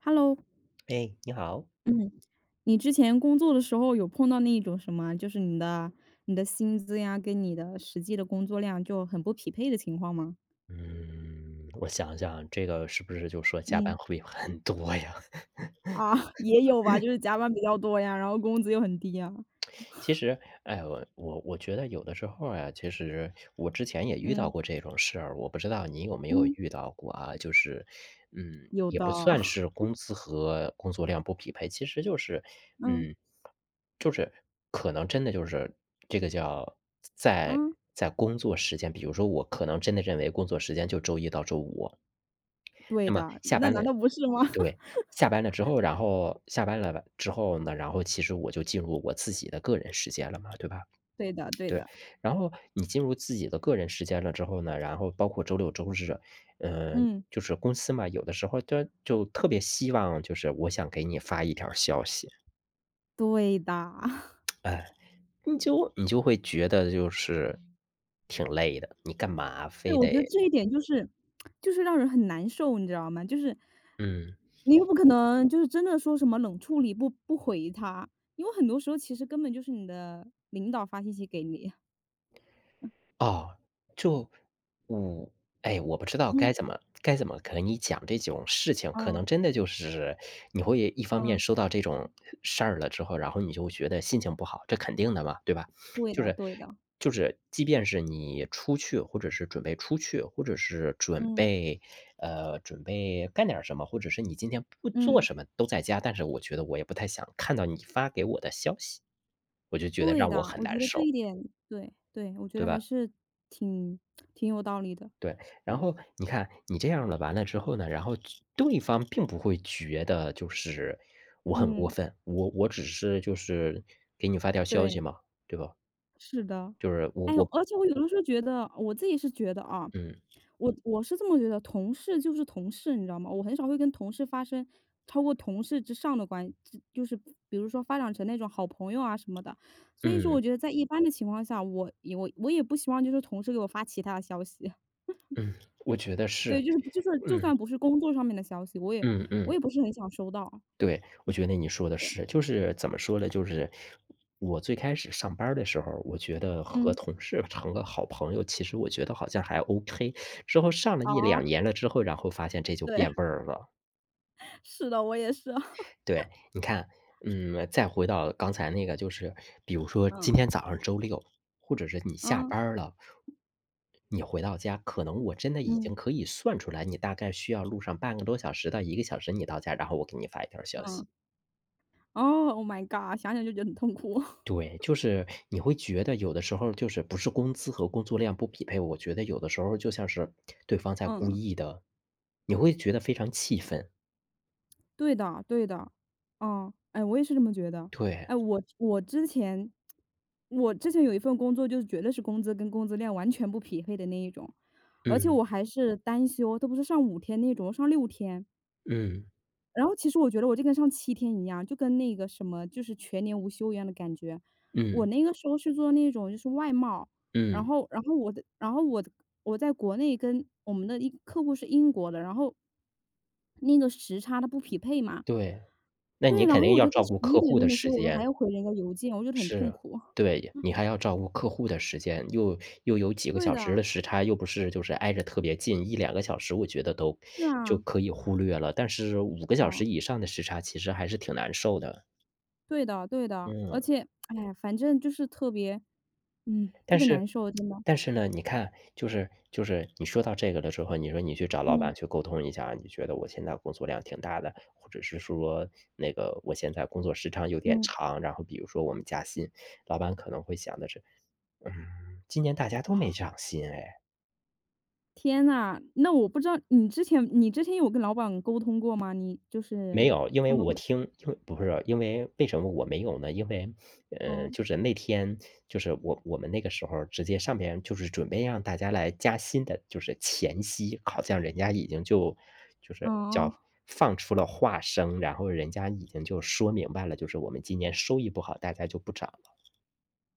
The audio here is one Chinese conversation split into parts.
Hello，哎，你好。嗯，你之前工作的时候有碰到那一种什么，就是你的薪资呀，跟你的实际的工作量就很不匹配的情况吗？嗯，我想想，这个是不是就说加班嗯，会很多呀？啊，也有吧，就是加班比较多呀，然后工资又很低呀。其实，哎，我觉得有的时候啊，其实我之前也遇到嗯过这种事儿，我不知道你有没有嗯，遇到过啊？就是，嗯，有也的，不算是 工资和工作量不匹配，其实就是，嗯嗯，就是可能真的就是这个叫在嗯，在工作时间，比如说我可能真的认为工作时间就周一到周五，对那么的，下那班难了。道不是吗？对，下班了之后，然后下班了之后呢，然后其实我就进入我自己的个人时间了嘛，对吧？对的对对，的，然后你进入自己的个人时间了之后呢，然后包括周六周日。嗯，嗯，就是公司嘛，有的时候就特别希望就是我想给你发一条消息。对的。你就会觉得就是挺累的，你干嘛对，非我得觉得这一点就是让人很难受，你知道吗？就是嗯。你又不可能就是真的说什么冷处理不回他，因为很多时候其实根本就是你的领导发信息给你。哦，就我哎，我不知道该嗯，怎么该怎么和你讲这种事情，可啊，能真的就是你会一方面嗯，收到这种事儿了之后，然后你就觉得心情不好，这肯定的嘛，对吧？对就的是对的，就是即便是你出去，或者是准备出去，或者是准嗯，备准备干点儿什么，或者是你今天不做嗯，什么，都在家，但是我觉得我也不太想看到你发给我的消息，我就觉得对让我的，很我觉难得这受，一点，对对，我觉得对还吧？是挺挺有道理的，对，然嗯，后你看你这样了完了之后呢，然后其对方并不会觉得就是我很过嗯，分，我只是就是给你发条消息对。嘛，对吧？是的，就是我哎，我而且我有的时候觉得，我自己是觉得啊，嗯我是这么觉得，同事就是同事，你知道吗？我很少会跟同事发生超过同事之上的就是比如说发展成那种好朋友啊什么的。所以说，我嗯觉得在一般的情况下，我也不希望就是同事给我发其他的消息。嗯，我觉得是，对，就是就算就嗯算不是工作上面的消息，我也嗯我嗯，也不是很想收到。对，我觉得你说的对，是，就是怎么说呢？就是我最开始上班儿的时候，我觉得和嗯，同事成个好朋友，其实我觉得好像还 OK。之后上了一两哦，年了之后，然后发现这就对，变味儿了。是的，我也是。对，你看，嗯，再回到刚才那个，就是比如说今嗯天早上周六，或者是你下嗯班儿了，你回到家，可能我真的已嗯经可以算出来，你大概需要路上半个多小时到1个小时，你到家，然后我给你发一条消息。嗯。哦，Oh my god，想想就觉得很痛苦。对，就是你会觉得有的时候就是不是工资和工作量不匹配，我觉得有的时候就像是对方在故嗯，意的，你会觉得非常气愤。对的对的。嗯，哎，我也是这么觉得。对，哎，我之前有一份工作，就是绝对是工资跟工资量完全不匹配的那一种，而且嗯我还是单休，都不是上5天那种，上6天。嗯然后其实我觉得我这跟上7天一样，就跟那个什么，就是全年无休一样的感觉。我嗯那个时候是做那种就是外贸，然嗯，后然后我在国内跟我们的一客户是英国的，然后那个时差它不匹配嘛。对。那对，你然肯后定我要就在照十顾一客点户钟的的时时候，我还间，要回人家邮件，我觉得很痛是，苦。对，你还要照顾客户的时间，又有几个对小时的，的时差，又不是就是挨着特别近一两个小时我觉得都是就啊，可以忽略了，但是五个小哦，时以上的时差其实还是挺难受的。对的对的，而嗯，且，哎呀，反正就是特别难受，真的，但是呢，你看，就是你说到这个了之后，你说你去找老板嗯，去沟通一下，你觉得我现在工作量挺大的，或者是说那个我现在工作时长有点嗯。长，然后比如说我们加薪，老板可能会想的是，嗯，今年大家都没好，涨薪哎。天呐，那我不知道你之前有跟老板沟通过吗？你就没是有，因为碰到我过。听，因为不是，因为为什么我没有呢？因为，嗯，就是那天，就是我们那个时候直接上边就是准备让大家来加薪的，就是前夕，好像人家已经就是嗯，叫放出了话声，然后人家已经就说明白了，就是我们今年收益不好，大家就不涨了。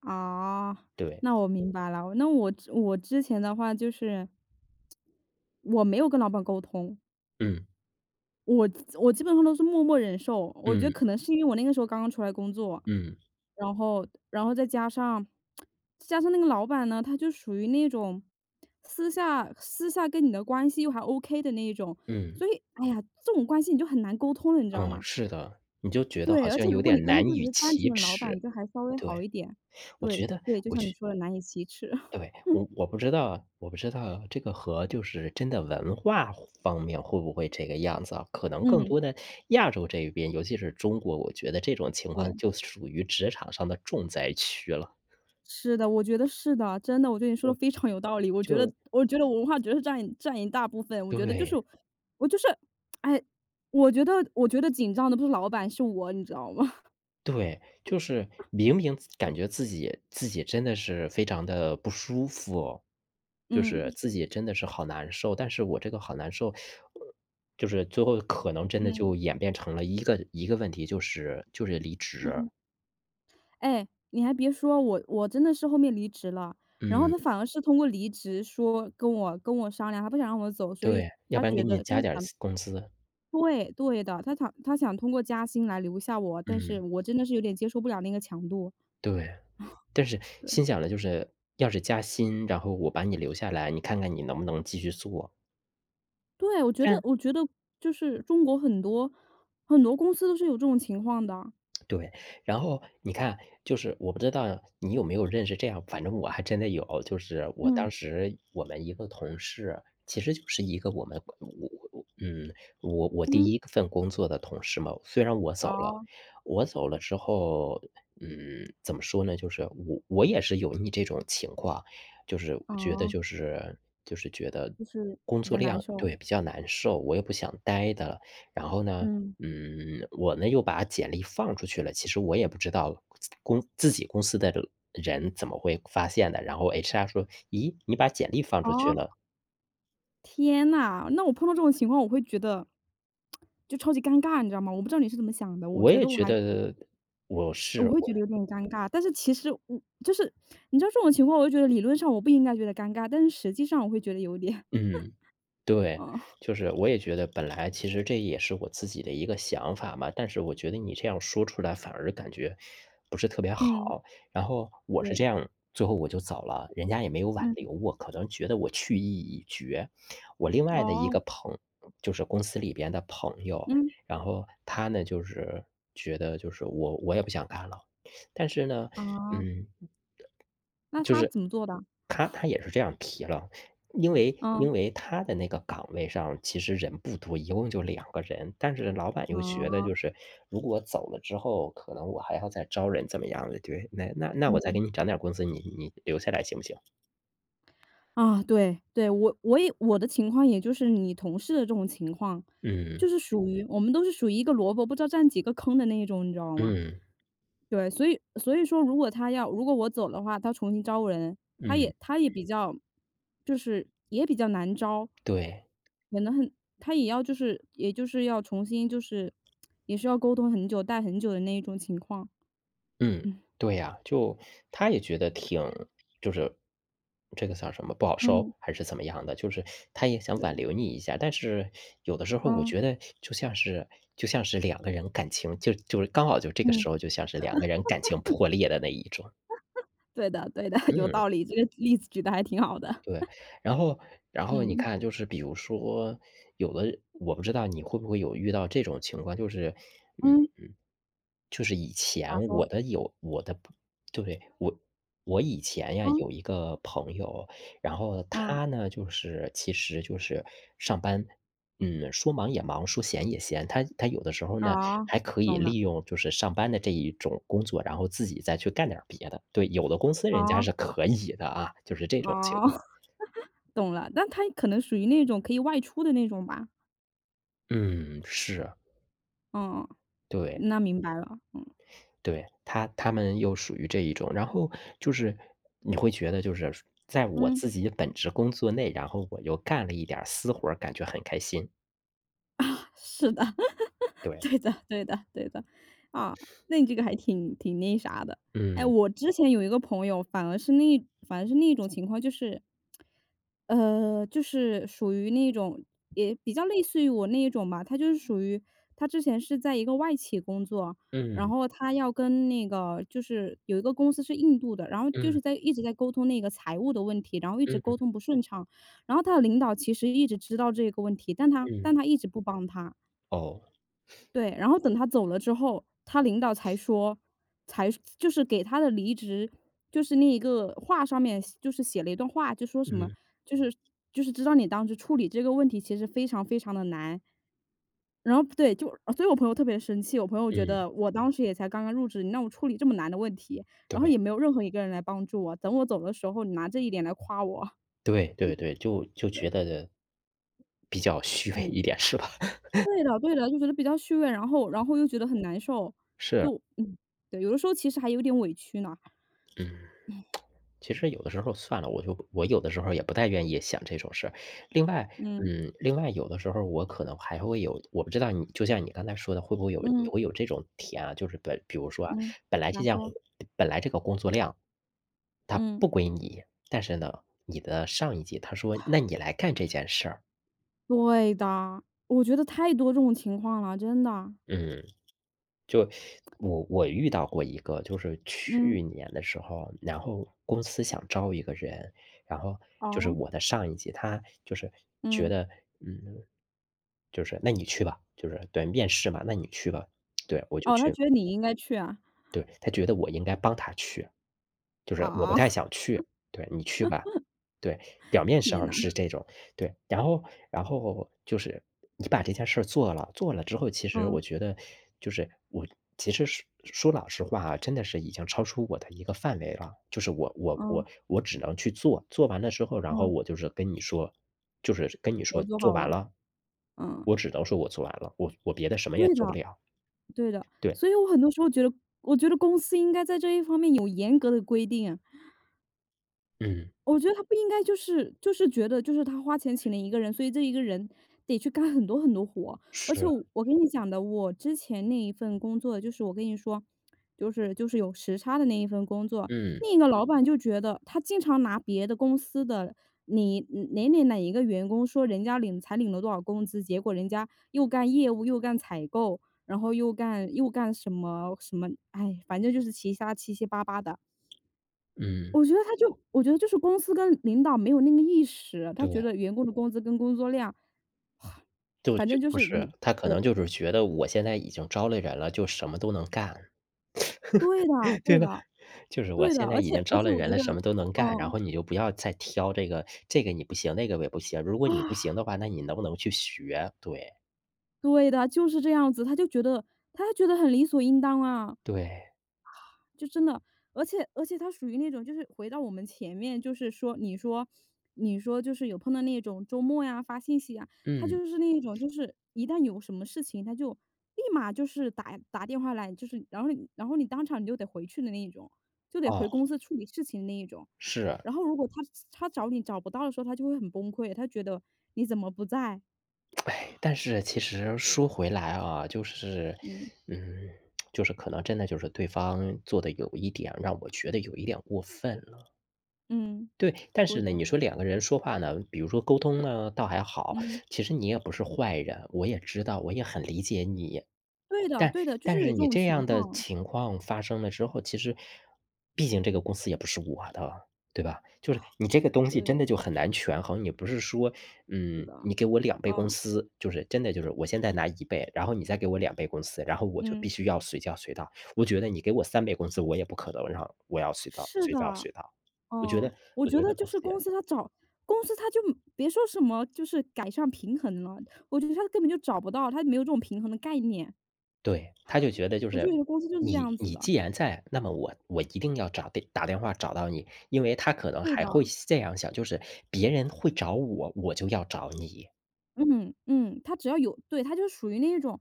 啊，对，那我明白了。那我之前的话，就是我没有跟老板沟通，嗯我我基本上都是默默忍受，我觉得嗯可能是因为我那个时候刚刚出来工作，嗯然后再加上那个老板呢，他就属于那种私下跟你的关系又还 OK 的那一种，嗯所以哎呀，这种关系你就很难沟通了，你知道嗯，吗？是的，你就觉得对，好而且像有如果你点跟他难不只以是单纯启的老板，齿，就还稍微好对。一点。我觉对得对，就我像你去说的难以启齿。对，我不知道这个和就是真的文化方面会不会这个样子啊，可能更嗯，多的亚洲这一边，尤其是中国，我觉得这种情况对。就属于职场上的重灾区了，是的，我觉得是的，真的，我觉得你说就的非常有道理。我觉得就我觉得文化觉是占一大部分，我觉得就是对。我就是哎，我觉得紧张的不是老板，是我，你知道吗？对，就是明明感觉自己真的是非常的不舒服哦，就是嗯，自己真的是好难受，但是我这个好难受，就是最后可能真的嗯，就演变成了一个一个问题，就是离职。嗯。哎，你还别说，我真的是后面离职了，然后嗯，他反而是通过离职跟我商量，他不想让我走，所以对，要他不然给觉你得就加是点儿想，工资。对，对的，他想通过加薪来留下我，但是嗯，我真的是有点接受不了那个强度，对，但是对。心想的就是要是加薪，然后我把你留下来，你看看你能不能继续做。对，我觉得就是中国很多很多公司都是有这种情况的。对，然后你看，就是我不知道你有没有认识这样，反正我还真的有，就是我嗯，当时我们一个同事，其实就是一个我们我我嗯，我我第嗯，一份工作的同事嘛，虽然我走了，哦，我走了之后，嗯，怎么说呢？就是我也是有你这种情况，就是我觉得哦，就是觉得就是工比作较难量受。对比较难受，我也不想待的了，然后呢，嗯，嗯，我呢又把简历放出去了，其实我也不知道自己公司的人怎么会发现的。然后 HR 说："咦，你把简历放出去哦，了。"天呐，那我碰到这种情况我会觉得就超级尴尬，你知道吗？我不知道你是怎么想的，我也觉得我是我会我觉得有点尴尬，但是其实我就是你知道这种情况，我就觉得理论上我不应该觉得尴尬，但是实际上我会觉得有点。嗯。对，哦，就是我也觉得本来其实这也是我自己的一个想法嘛，但是我觉得你这样说出来反而感觉不是特别嗯，好。然后我是这对，样，最后我就走了，人家也没有挽嗯，留我，可能觉得我去意已决。我另外的一哦，个朋就是公司里边的朋友，嗯，然后他呢就是觉得就是我也不想干了，但是呢，啊，嗯，那就他是怎么做的？他也是这样提了，因为嗯。因为他的那个岗位上其实人不多，一共就两个人，但是老板又觉得啊，就是如果走了之后，可能我还要再招人怎么样的，对，那我再嗯，给你涨点工资，你你留下来行不行？啊，对，对，我的情况也就是你同事的这种情况，就嗯，是属于我们都是属于一个萝卜不知道占几个坑的那一种，你知道吗？嗯，对，所以说，如果我走的话，他重新招人，他嗯，也他也比较，就是也比较难招。对。可能很他也要，就是也就是要重新，也是要沟通很久，待很久的那一种情况。嗯，嗯对呀，就他也觉得挺就是这个叫什么不好收嗯，还是怎么样的，就是他也想对，挽留你一下，但是有的时候我嗯觉得就像是两个人感情就是刚好就这个嗯。时候就像是两个人感情破裂的那一种，对的对的，有嗯。道理，这个例子举的还挺好的。对，然后然后你嗯 看，就是比如说，有的我不知道你会不会有遇到这种情况，就是，嗯，嗯，嗯，就是以咋前说？我的有我的不对，以前呀嗯，有一个朋友，然后嗯，他呢，就是其实就是上班，嗯，说忙也忙，说闲也闲，他有的时候呢，啊，还可以懂了，利用就是上班的这一种工作，然后自己再去干点儿别的。对，有的公司人家啊是可以的啊，就是这种情啊，况。懂了，但他可能属于那种可以外出的那种吧？嗯，是啊，嗯，对那明白了，嗯。对，他们又属于这一种，然后就是你会觉得就是在我嗯。自己本职工作内，然后我又干了一点儿私活儿感觉很开心。是的。对，对的对的对的，啊，那你这个还挺那啥的。哎，嗯我之前有一个朋友，反而是那种情况，就是，就是属于那种也比较类似于我那一种吧。他就是属于，他之前是在一个外企工作，然嗯后他要跟那个，就是有一个公司是印度的，然后就嗯是一直在沟通那个财务的问题，然后一直沟嗯通不顺畅，然后他的领导其实一直知道这个问题，但他但嗯，他一直不帮他。哦，对，然后等他走了之后，他领导才说，才就是给他的离职，就是那一个话上面就是写了一段话，就说什么，嗯就是就是知道你当时处理这个问题其实非常非常的难。然后对，所以我朋友特别生气，我朋友觉嗯，得我当时也才刚刚入职，你让我处理这么难的问题，然后也对没有任何一个人来帮助我，等我走的时候，你拿这一点来夸我。对对对，就觉得比较虚 伪嗯。一点是吧？对的对的，就觉得比较虚伪，然后又觉得很难受，是，就嗯，对，有的时候其实还有点委屈呢。嗯。其实有的时候算了，我有的时候也不太愿意想这种事儿。另外，嗯，嗯，另外有的时候我可能还会有，我不知道你就像你刚才说的，会不会有你嗯，会有这种体验啊？就是比如说啊，嗯，本来咋这件说？本来这个工作量，它嗯，不归你，但是呢，你的上一级他说那你来干这件事儿，对的，我觉得太多这种情况了，真的。嗯。就我遇到过一个，就是嗯，去年的时候，然后公司想招一个人，然后就是哦，我的上一级，他就是觉嗯，得，嗯，就是那你去吧，就是对面试嘛，那你去吧，对，我就哦，他去，觉得你应该去啊。对，他觉得我应该帮他去，就是我不啊，太想 去，对，你去吧，对，表面天上呐，是这种，对。然后就是你把这件事儿做了，做了之后，其实嗯，我觉得就是我其实说老实话啊，真的是已经超出我的一个范围了。就是我我嗯，我我只能去做，做完了之后，然后嗯，我就是跟你说就是跟你我说做做好完了，了。嗯，我只能说我做完了，我别的什么也对做不的了。对的，对，所以我很多时候觉得公司应该在这一方面有严格的规定。嗯，我觉得他不应该就是觉得就是他花钱请了一个人，所以这一个人得去干很多很多活。而且是，我跟你讲的，我之前那一份工作，就是我跟你说，就是有时差的那一份工作，嗯另一个老板就觉得他经常拿别的公司的，你哪一个员工说人家领了多少工资，结果人家又干业务又干采购，然后又干什么什么，哎，反正就是其他七七八八的。嗯，我觉得我觉得就是公司跟领导没有那个意识，他觉对。得员工的工资跟工作量。就反就正就不是你。是，他可对，能就是觉得我现在已经招了人了，就什么都能干。对的 对对吧？的就是我对的，现在而已且经而招且了我人觉了，得什么都能干，然嗯，后你就不要再挑这个，这个你不行，那个也不行。如果你不啊，行的话，那你能不能去学？对，对的，就是这样子，他觉得很理所应当啊。对，就真的，而且他属于那种，就是回到我们前面，就是说，你说就是有碰到那种周末呀发信息啊，他嗯，就是那一种，就是一旦有什么事情，他就立马就是打电话来，就是然后你当场你就得回去的那一种，就得回哦，公司处理事情的那一种。是。然后如果他找你找不到的时候，他就会很崩溃，他觉得你怎么不在？哎，但是其实说回来啊，就是，嗯嗯，就是可能真的就是对方做的有一点让我觉得有一点过分了。嗯，对，但对是呢，的，你说两个人说话呢，比如说沟通呢，倒还好。嗯，其实你也不是坏人，我也知道，我也很理解你。对的但对的，就是但有是这你种这情样的况，情况发生了之后，其实毕竟这个公司也不是我的，对吧？就是你这个东西真对，的就很难权衡。你不是说，是嗯，的，你给我两倍工嗯资，就是真的就是我现在拿1倍，然后你再给我两倍工资，然后我就嗯。必须要随叫随到。我觉得你给我3倍工资，我也不可能让我要随到是随到的，随到。我觉嗯，得我我觉觉得得就不是行，公司他就别说什么就是改善平衡了，我觉得他根本就找不到，他没有这种平衡的概念。对，他就觉得就我就是觉得公司就是这你样子你的，既然在，那么我一定要打电话找到你，因为他可能对还的，会这样想，就是别人会找我，我就要找你。嗯嗯，他只要有对，他就属于那种，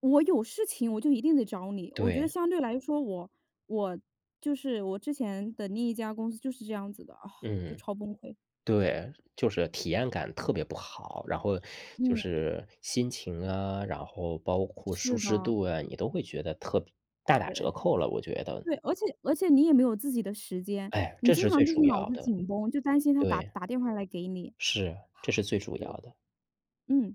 我有事情我就一定得找你。我觉得对，相对来说我，我就是我之前的另一家公司就是这样子的啊，就嗯，超崩溃。对，就是体验感特别不好，然后就嗯，是心情啊，然后包括舒是适的，度啊，你都会觉得特别大打对。折扣了，我觉得，对，而且你也没有自己的时间，哎，你这经是常最就是主脑要子的，紧绷，就担心他打对，打电话来给你。是，这是最主要对，的。嗯。